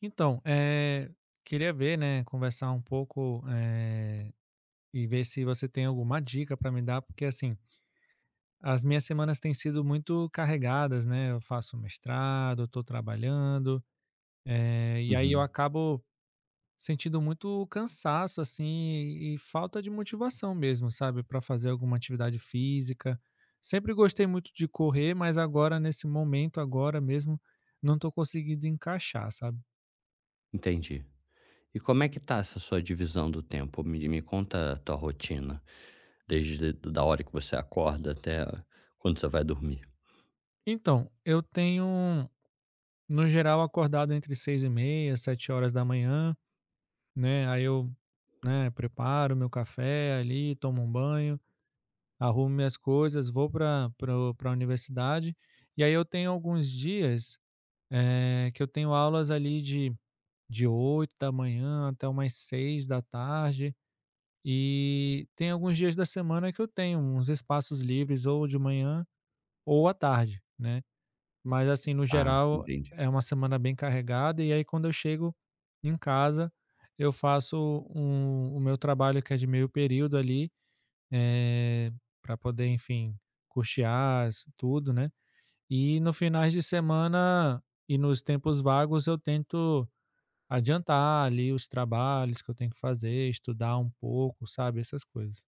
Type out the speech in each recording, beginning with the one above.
Então, queria ver, né, conversar um pouco, e ver se você tem alguma dica para me dar, porque assim, as minhas semanas têm sido muito carregadas, né? Eu faço mestrado, estou trabalhando, e aí eu Uhum, acabo sentindo muito cansaço, assim, e falta de motivação mesmo, sabe, para fazer alguma atividade física. Sempre gostei muito de correr, mas agora, nesse momento, agora mesmo, não estou conseguindo encaixar, sabe? entendi. E como é que tá essa sua divisão do tempo? Me conta a tua rotina, desde da hora que você acorda até quando você vai dormir. Então, eu tenho No geral, acordado entre 6h30, 7 horas da manhã, né, aí eu, né, preparo meu café ali, tomo um banho, arrumo minhas coisas, vou pra para o pra universidade, e aí eu tenho alguns dias, que eu tenho aulas ali de 8 da manhã até umas 6 da tarde. E tem alguns dias da semana que eu tenho uns espaços livres ou de manhã ou à tarde, né. Mas assim, no Ah, geral, entendi. é uma semana bem carregada, e aí quando eu chego em casa, eu faço o meu trabalho que é de meio período ali, para poder, enfim, custear s tudo, né. E no finais de semana e nos tempos vagos eu tento adiantar ali os trabalhos que eu tenho que fazer, estudar um pouco, sabe, essas coisas.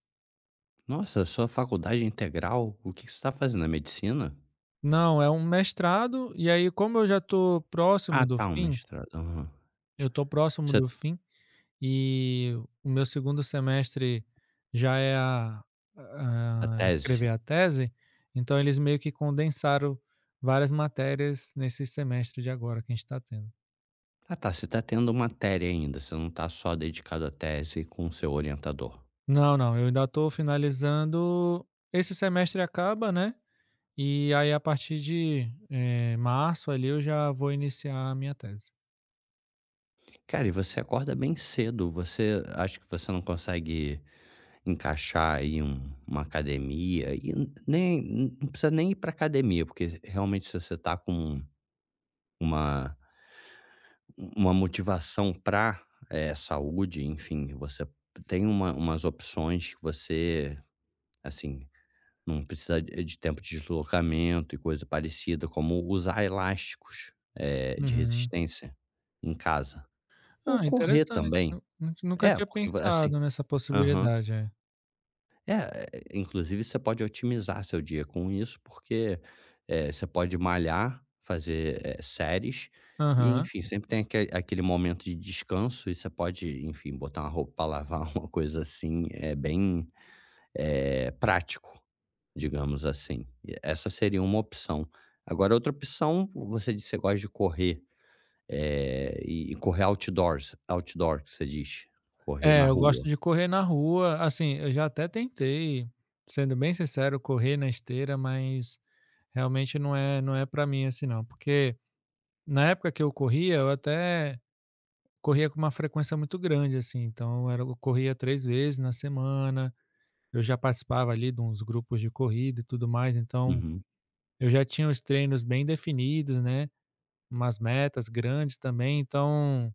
Nossa, sua faculdade é integral, o que que você está fazendo, é medicina? Não, é um mestrado, e aí como eu já estou próximo Ah do tá, um fim mestrado, aham. eu estou próximo Você do fim E o meu segundo semestre já é a a a escrever tese? a tese, então eles meio que condensaram várias matérias nesse semestre de agora que a gente está tendo. Ah tá, você tá tendo uma matéria ainda, você não tá só dedicado à tese com o seu orientador. Não, não, eu ainda estou finalizando, esse semestre acaba, né, e aí a partir de, março ali eu já vou iniciar a minha tese. Cara, e você acorda bem cedo, você acha que você não consegue encaixar aí uma academia e nem não precisa nem ir para academia, porque realmente se você tá com uma uma motivação pra, saúde, enfim, você tem uma umas opções que você, assim, não precisa de tempo de deslocamento e coisa parecida, como usar elásticos, de Uhum. resistência em casa. Ou Ah, correr interessante. também. Eu nu nunca É, tinha porque assim. pensado nessa Aham. possibilidade, é. É, inclusive você pode otimizar seu dia com isso, porque, você pode malhar, fazer, séries e, Aham. enfim, sempre tem aquele momento de descanso e você pode, enfim, botar uma roupa pra lavar, uma coisa assim, é bem, prático, digamos assim. E essa seria uma opção. Agora outra opção, você disse que você gosta de correr, e correr outdoors, outdoor que você diz, correr na É, eu rua. gosto de correr na rua, assim, eu já até tentei, sendo bem sincero, correr na esteira, mas realmente não é para mim assim não, porque na época que eu corria, eu até corria com uma frequência muito grande, assim, então era eu corria 3 vezes na semana, eu já participava ali de uns grupos de corrida e tudo mais, então Uhum. eu já tinha os treinos bem definidos, né, umas metas grandes também, então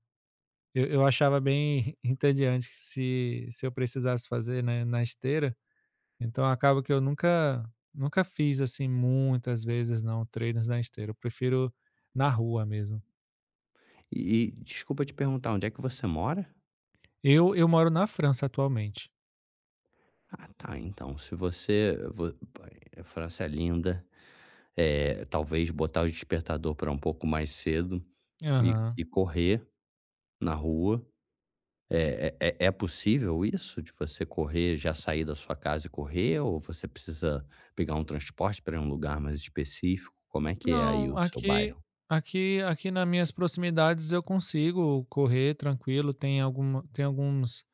eu achava bem entediante que se eu precisasse fazer, né, na esteira. Então acaba que eu nunca fiz, assim, muitas vezes não, treinos na esteira, eu prefiro na rua mesmo. E desculpa te perguntar, onde é que você mora? Eu moro na França atualmente. Ah, tá. Então, se você vo, França é linda, talvez botar o despertador para um pouco mais cedo e Aham. Correr na rua. É possível isso de você correr, já sair da sua casa e correr ou você precisa pegar um transporte para um lugar mais específico? Como é que é aí Não, o seu aqui bairro? aqui aqui na minhas proximidades eu consigo correr tranquilo, tem alguma tem alguns,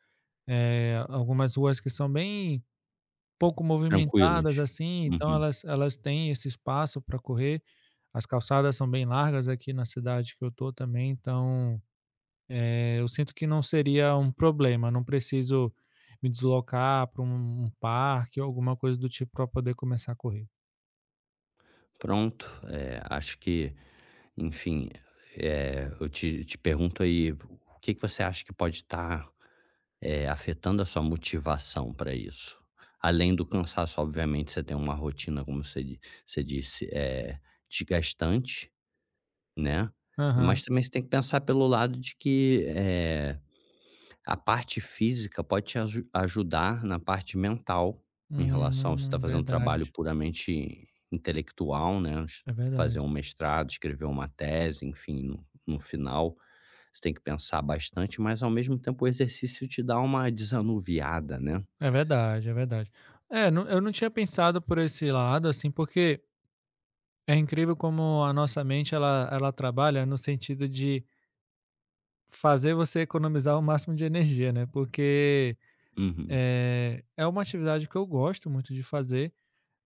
eh, algumas ruas que são bem pouco movimentadas, Tranquilos? assim, então Uhum. elas têm esse espaço para correr, as calçadas são bem largas aqui na cidade que eu tô também, então eu sinto que não seria um problema, não preciso me deslocar para um parque ou alguma coisa do tipo para poder começar a correr. Pronto, acho que, enfim, eu te pergunto aí, o que que você acha que pode estar afetando a sua motivação para isso? Além do cansaço, obviamente, você tem uma rotina, como você di você disse, é desgastante, né, Aham. mas também você tem que pensar pelo lado de que, a parte física pode te ajudar na parte mental, em relação você tá fazendo um trabalho Verdade. puramente intelectual, né, É fazer verdade. um mestrado, escrever uma tese, enfim, no final, você tem que pensar bastante, mas ao mesmo tempo o exercício te dá uma desanuviada, né. É verdade, é verdade. É, não, eu não tinha pensado por esse lado, assim, porque é incrível como a nossa mente ela trabalha no sentido de fazer você economizar o máximo de energia, né, porque, Uhum, é uma atividade que eu gosto muito de fazer.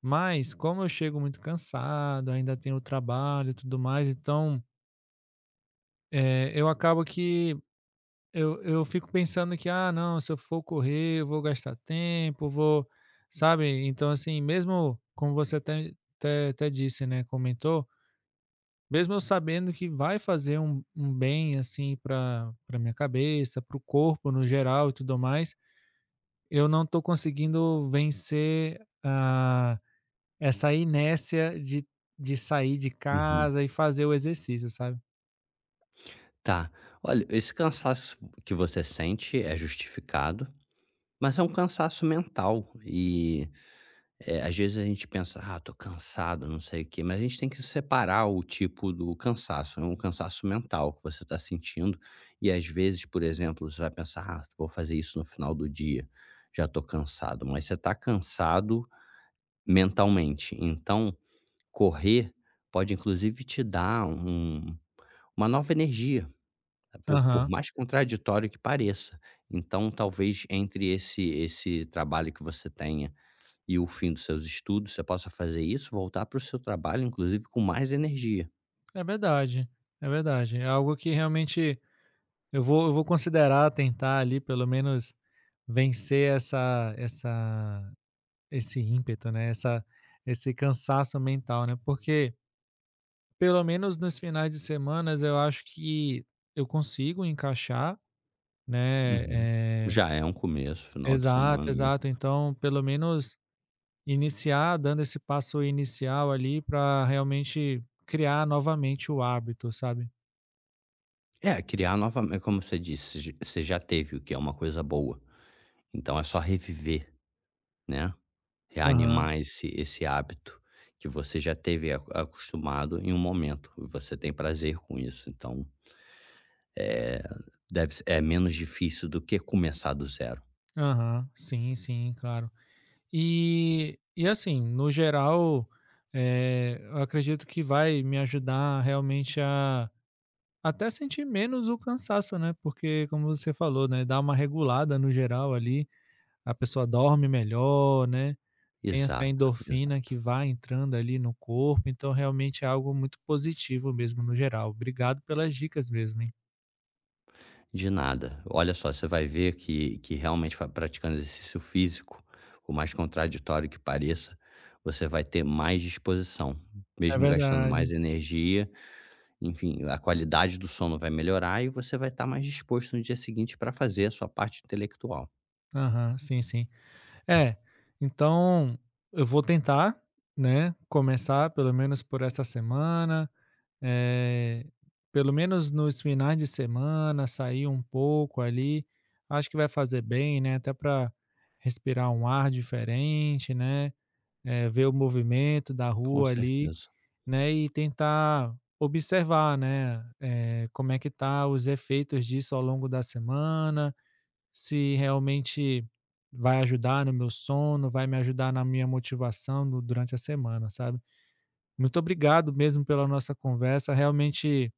Mas como eu chego muito cansado, ainda tenho o trabalho e tudo mais, então, eu acabo que eu fico pensando que: "Ah, não, se eu for correr, eu vou gastar tempo, vou", sabe. Então, assim, mesmo como você até disse, né, comentou, mesmo eu sabendo que vai fazer um bem, assim, para minha cabeça, para o corpo no geral e tudo mais, eu não estou conseguindo vencer a Essa inércia de sair de uhum. casa e fazer o exercício, sabe. Tá. Olha, esse cansaço que você sente é justificado, mas é um cansaço mental e, às vezes a gente pensa: "Ah, tô cansado, não sei o quê", mas a gente tem que separar o tipo do cansaço, é um cansaço mental que você está sentindo e às vezes, por exemplo, você vai pensar: "Ah, vou fazer isso no final do dia, já tô cansado", mas você tá cansado mentalmente, então correr pode inclusive te dar uma nova energia, por Aham. mais contraditório que pareça. Então, talvez entre esse trabalho que você tenha e o fim dos seus estudos, você possa fazer isso, voltar para o seu trabalho, inclusive com mais energia. É verdade, é verdade. É algo que realmente eu vou considerar tentar ali pelo menos vencer essa essa esse ímpeto, né, essa esse cansaço mental, né, porque pelo menos nos finais de semanas eu acho que eu consigo encaixar, né. Uhum. eh Já é um começo, final de semana Exato, mesmo. exato. Então pelo menos iniciar, dando esse passo inicial ali para realmente criar novamente o hábito, sabe? É, criar novamente como você disse, você já teve o que é uma coisa boa, então é só reviver, né. Aham. Reanimar esse hábito que você já teve a acostumado em um momento, e você tem prazer com isso, então, é deve se é menos difícil do que começar do zero. Aham, sim, sim, claro. E assim, no geral, eu acredito que vai me ajudar realmente a até sentir menos o cansaço, né, porque como você falou, né, dá uma regulada no geral ali, a pessoa dorme melhor, né. Tem essa Exato, endorfina exato. que vai entrando ali no corpo, então realmente é algo muito positivo mesmo no geral. Obrigado pelas dicas mesmo, hein. De nada. Olha só, você vai ver que realmente fa praticando exercício físico, por mais contraditório que pareça, você vai ter mais disposição, É mesmo gastando mais verdade. energia, enfim, a qualidade do sono vai melhorar e você vai estar mais disposto no dia seguinte para fazer a sua parte intelectual. Aham, sim, sim. É, então eu vou tentar, né, começar pelo menos por essa semana, eh, pelo menos nos finais de semana, sair um pouco ali, acho que vai fazer bem, né, até para respirar um ar diferente, né, ver o movimento da Com rua ali. certeza. Né, e tentar observar, né, como é que tá os efeitos disso ao longo da semana, se realmente vai ajudar no meu sono, vai me ajudar na minha motivação no durante a semana, sabe. Muito obrigado mesmo pela nossa conversa, realmente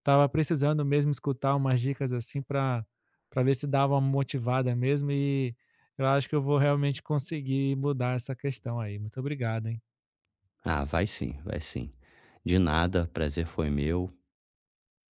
estava precisando mesmo escutar umas dicas assim para ver se dava uma motivada mesmo e eu acho que eu vou realmente conseguir mudar essa questão aí. Muito obrigado, hein. Ah, vai sim, vai sim. De nada, prazer foi meu.